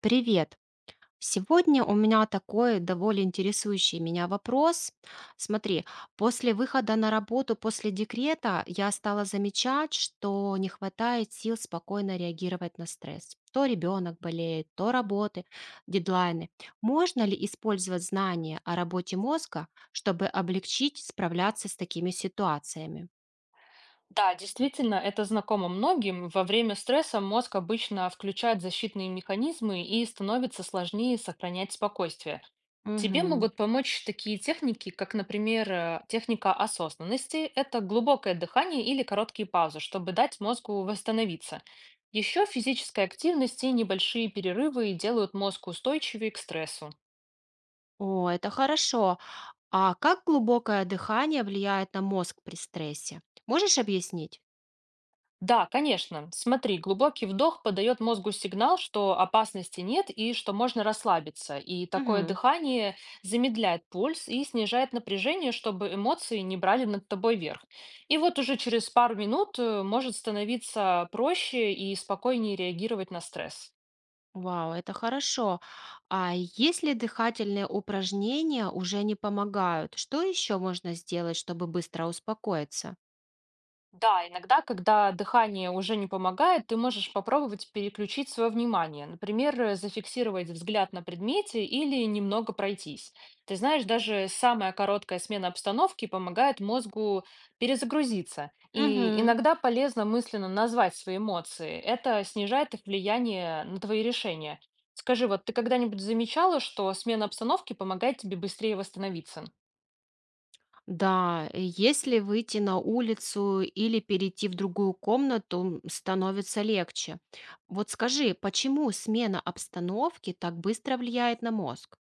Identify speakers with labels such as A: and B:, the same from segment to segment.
A: Привет. Сегодня у меня такой довольно интересующий меня вопрос. Смотри, после выхода на работу, после декрета, я стала замечать, что не хватает сил спокойно реагировать на стресс. То ребенок болеет, то работы, дедлайны. Можно ли использовать знания о работе мозга, чтобы облегчить справляться с такими ситуациями?
B: Да, действительно, это знакомо многим. Во время стресса мозг обычно включает защитные механизмы и становится сложнее сохранять спокойствие. Тебе
A: Мгм.
B: могут помочь такие техники, как, например, техника осознанности. Это глубокое дыхание или короткие паузы, чтобы дать мозгу восстановиться. Еще физическая активность и небольшие перерывы делают мозг устойчивее к стрессу.
A: О, это хорошо. А как глубокое дыхание влияет на мозг при стрессе? Можешь объяснить?
B: Да, конечно. Смотри, глубокий вдох подает мозгу сигнал, что опасности нет и что можно расслабиться. И такое
A: Мгм.
B: дыхание замедляет пульс и снижает напряжение, чтобы эмоции не брали над тобой верх. И вот уже через пару минут может становиться проще и спокойнее реагировать на стресс.
A: Вау, это хорошо. А если дыхательные упражнения уже не помогают, что еще можно сделать, чтобы быстро успокоиться?
B: Да, иногда, когда дыхание уже не помогает, ты можешь попробовать переключить свое внимание. Например, зафиксировать взгляд на предмете или немного пройтись. Ты знаешь, даже самая короткая смена обстановки помогает мозгу перезагрузиться. И
A: Мгм.
B: иногда полезно мысленно назвать свои эмоции. Это снижает их влияние на твои решения. Скажи, вот ты когда-нибудь замечала, что смена обстановки помогает тебе быстрее восстановиться?
A: Да, и если выйти на улицу или перейти в другую комнату, становится легче. Вот скажи, почему смена обстановки так быстро влияет на мозг?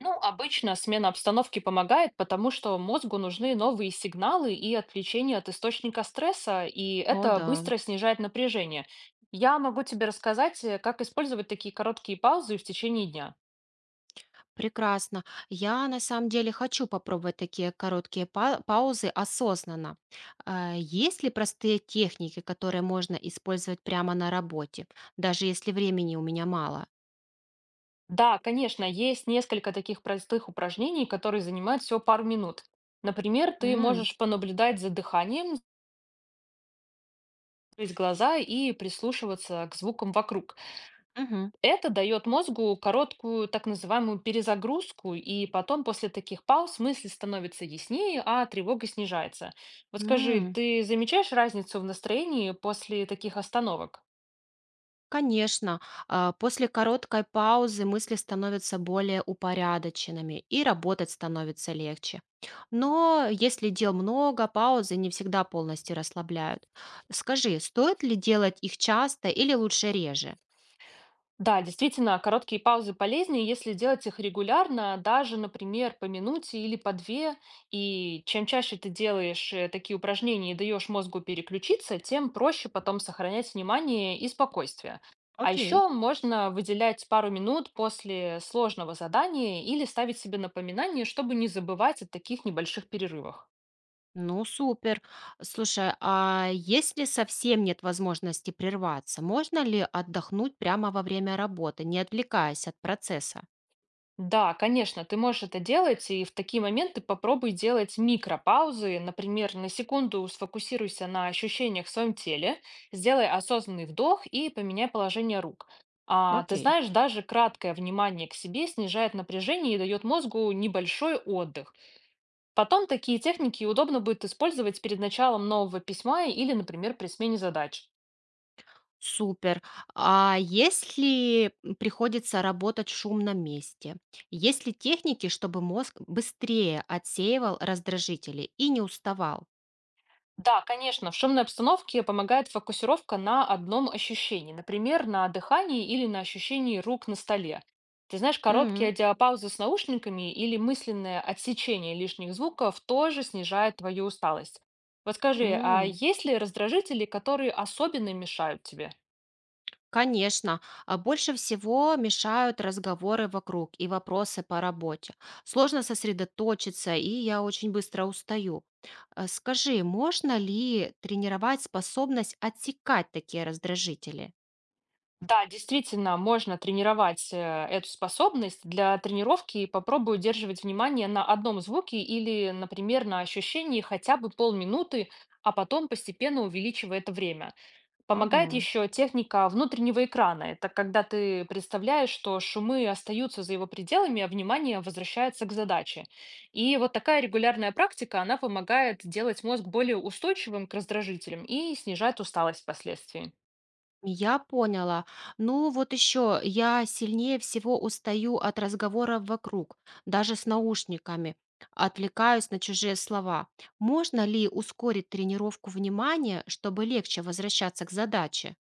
B: Ну, обычно смена обстановки помогает, потому что мозгу нужны новые сигналы и отвлечение от источника стресса, и
A: О,
B: это
A: да.
B: быстро снижает напряжение. Я могу тебе рассказать, как использовать такие короткие паузы в течение дня.
A: Прекрасно. Я на самом деле хочу попробовать такие короткие паузы осознанно. Есть ли простые техники, которые можно использовать прямо на работе, даже если времени у меня мало?
B: Да, конечно, есть несколько таких простых упражнений, которые занимают всего пару минут. Например, ты
A: М,
B: можешь понаблюдать за дыханием, закрыть глаза и прислушиваться к звукам вокруг.
A: мгм,
B: Это дает мозгу короткую так называемую перезагрузку, и потом после таких пауз мысли становятся яснее, а тревога снижается. Вот скажи,
A: м.
B: ты замечаешь разницу в настроении после таких остановок?
A: Конечно, после короткой паузы мысли становятся более упорядоченными и работать становится легче. Но если дел много, паузы не всегда полностью расслабляют. Скажи, стоит ли делать их часто или лучше реже?
B: Да, действительно, короткие паузы полезнее, если делать их регулярно, даже, например, по минуте или по две. И чем чаще ты делаешь такие упражнения и даешь мозгу переключиться, тем проще потом сохранять внимание и спокойствие. А
A: Окей.
B: еще можно выделять пару минут после сложного задания или ставить себе напоминание, чтобы не забывать о таких небольших перерывах.
A: Ну, супер. Слушай, а если совсем нет возможности прерваться, можно ли отдохнуть прямо во время работы, не отвлекаясь от процесса?
B: Да, конечно, ты можешь это делать, и в такие моменты попробуй делать микропаузы. Например, на секунду сфокусируйся на ощущениях в своем теле, сделай осознанный вдох и поменяй положение рук. А, ты
A: Окей.
B: знаешь, даже краткое внимание к себе снижает напряжение и дает мозгу небольшой отдых. Потом такие техники удобно будет использовать перед началом нового письма или, например, при смене задач.
A: Супер. А если приходится работать в шумном месте, есть ли техники, чтобы мозг быстрее отсеивал раздражители и не уставал?
B: Да, конечно, в шумной обстановке помогает фокусировка на одном ощущении, например, на дыхании или на ощущении рук на столе. Ты знаешь, короткие
A: М,
B: аудиопаузы с наушниками или мысленное отсечение лишних звуков тоже снижает твою усталость. Вот скажи, а
A: м.
B: есть ли раздражители, которые особенно мешают тебе?
A: Конечно, а больше всего мешают разговоры вокруг и вопросы по работе. Сложно сосредоточиться, и я очень быстро устаю. А скажи, можно ли тренировать способность отсекать такие раздражители?
B: Да, действительно, можно тренировать эту способность. Для тренировки попробуй удерживать внимание на одном звуке или, например, на ощущении хотя бы полминуты, а потом постепенно увеличивай это время. Помогает
A: Ага.
B: еще техника внутреннего экрана. Это когда ты представляешь, что шумы остаются за его пределами, а внимание возвращается к задаче. И вот такая регулярная практика, она помогает делать мозг более устойчивым к раздражителям и снижает усталость впоследствии.
A: Я поняла. Ну вот еще я сильнее всего устаю от разговоров вокруг, даже с наушниками. Отвлекаюсь на чужие слова. Можно ли ускорить тренировку внимания, чтобы легче возвращаться к задаче?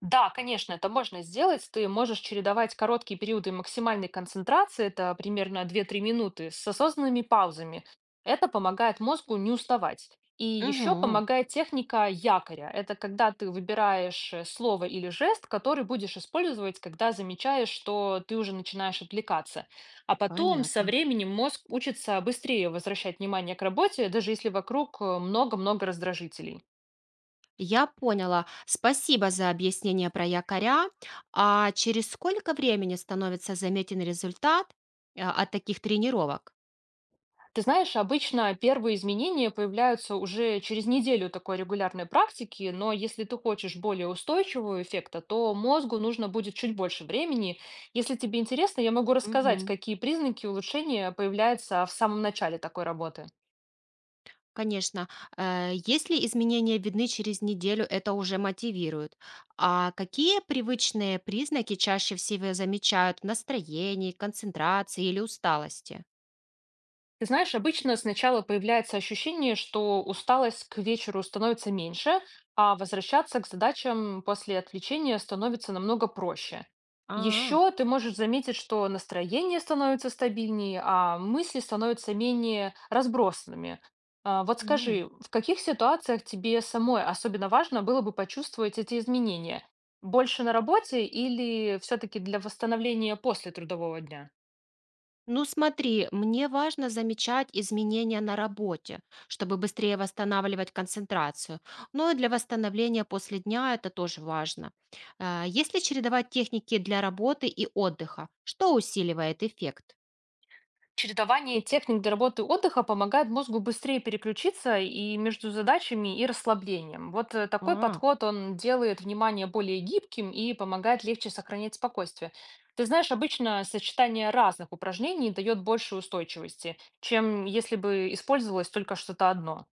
B: Да, конечно, это можно сделать. Ты можешь чередовать короткие периоды максимальной концентрации, это примерно две-три минуты, с осознанными паузами. Это помогает мозгу не уставать. И еще
A: Угу,
B: помогает техника якоря. Это когда ты выбираешь слово или жест, который будешь использовать, когда замечаешь, что ты уже начинаешь отвлекаться. А потом со
A: понятно.
B: временем мозг учится быстрее возвращать внимание к работе, даже если вокруг много-много раздражителей.
A: Я поняла. Спасибо за объяснение про якоря. А через сколько времени становится заметен результат от таких тренировок?
B: Ты знаешь, обычно первые изменения появляются уже через неделю такой регулярной практики, но если ты хочешь более устойчивого эффекта, то мозгу нужно будет чуть больше времени. Если тебе интересно, я могу рассказать,
A: Мгм.
B: какие признаки улучшения появляются в самом начале такой работы.
A: Конечно, если изменения видны через неделю, это уже мотивирует. А какие привычные признаки чаще всего замечают в настроении, концентрации или усталости?
B: Ты знаешь, обычно сначала появляется ощущение, что усталость к вечеру становится меньше, а возвращаться к задачам после отвлечения становится намного проще.
A: А,
B: Еще ты можешь заметить, что настроение становится стабильнее, а мысли становятся менее разбросанными. А, вот
A: м.
B: скажи, в каких ситуациях тебе самой особенно важно было бы почувствовать эти изменения? Больше на работе или все-таки для восстановления после трудового дня?
A: Ну смотри, мне важно замечать изменения на работе, чтобы быстрее восстанавливать концентрацию. Но и для восстановления после дня это тоже важно. Если чередовать техники для работы и отдыха, что усиливает эффект?
B: Чередование техник для работы и отдыха помогает мозгу быстрее переключиться и между задачами и расслаблением. Вот такой
A: А.
B: подход, он делает внимание более гибким и помогает легче сохранять спокойствие. Ты знаешь, обычно сочетание разных упражнений дает больше устойчивости, чем если бы использовалось только что-то одно.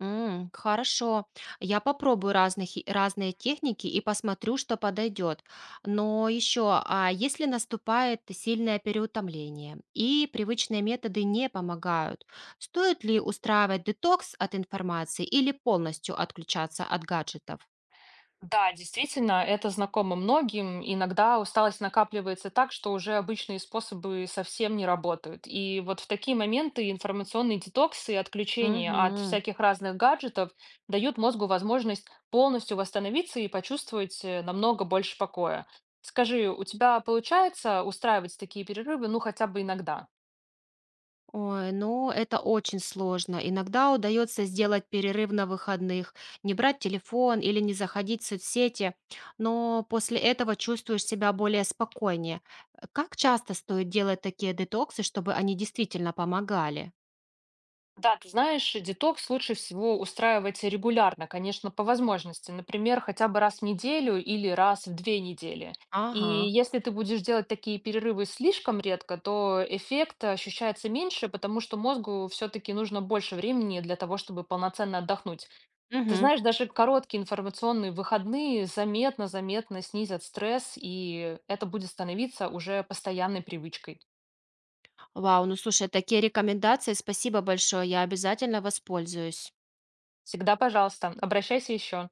A: Хорошо. Я попробую разные техники и посмотрю, что подойдет. Но еще, а если наступает сильное переутомление и привычные методы не помогают, стоит ли устраивать детокс от информации или полностью отключаться от гаджетов?
B: Да, действительно, это знакомо многим. Иногда усталость накапливается так, что уже обычные способы совсем не работают. И вот в такие моменты информационные детоксы и отключение от
A: Мгм.
B: всяких разных гаджетов дают мозгу возможность полностью восстановиться и почувствовать намного больше покоя. Скажи, у тебя получается устраивать такие перерывы, ну хотя бы иногда?
A: Ой, ну это очень сложно. Иногда удается сделать перерыв на выходных, не брать телефон или не заходить в соцсети, но после этого чувствуешь себя более спокойнее. Как часто стоит делать такие детоксы, чтобы они действительно помогали?
B: Да, ты знаешь, детокс лучше всего устраивать регулярно, конечно, по возможности. Например, хотя бы раз в неделю или раз в две недели. И
A: Ага.
B: если ты будешь делать такие перерывы слишком редко, то эффект ощущается меньше, потому что мозгу все-таки нужно больше времени для того, чтобы полноценно отдохнуть. Ты
A: Мгм.
B: знаешь, даже короткие информационные выходные заметно-заметно снизят стресс, и это будет становиться уже постоянной привычкой.
A: Вау, ну слушай, такие рекомендации, спасибо большое, я обязательно воспользуюсь.
B: Всегда, пожалуйста, обращайся еще.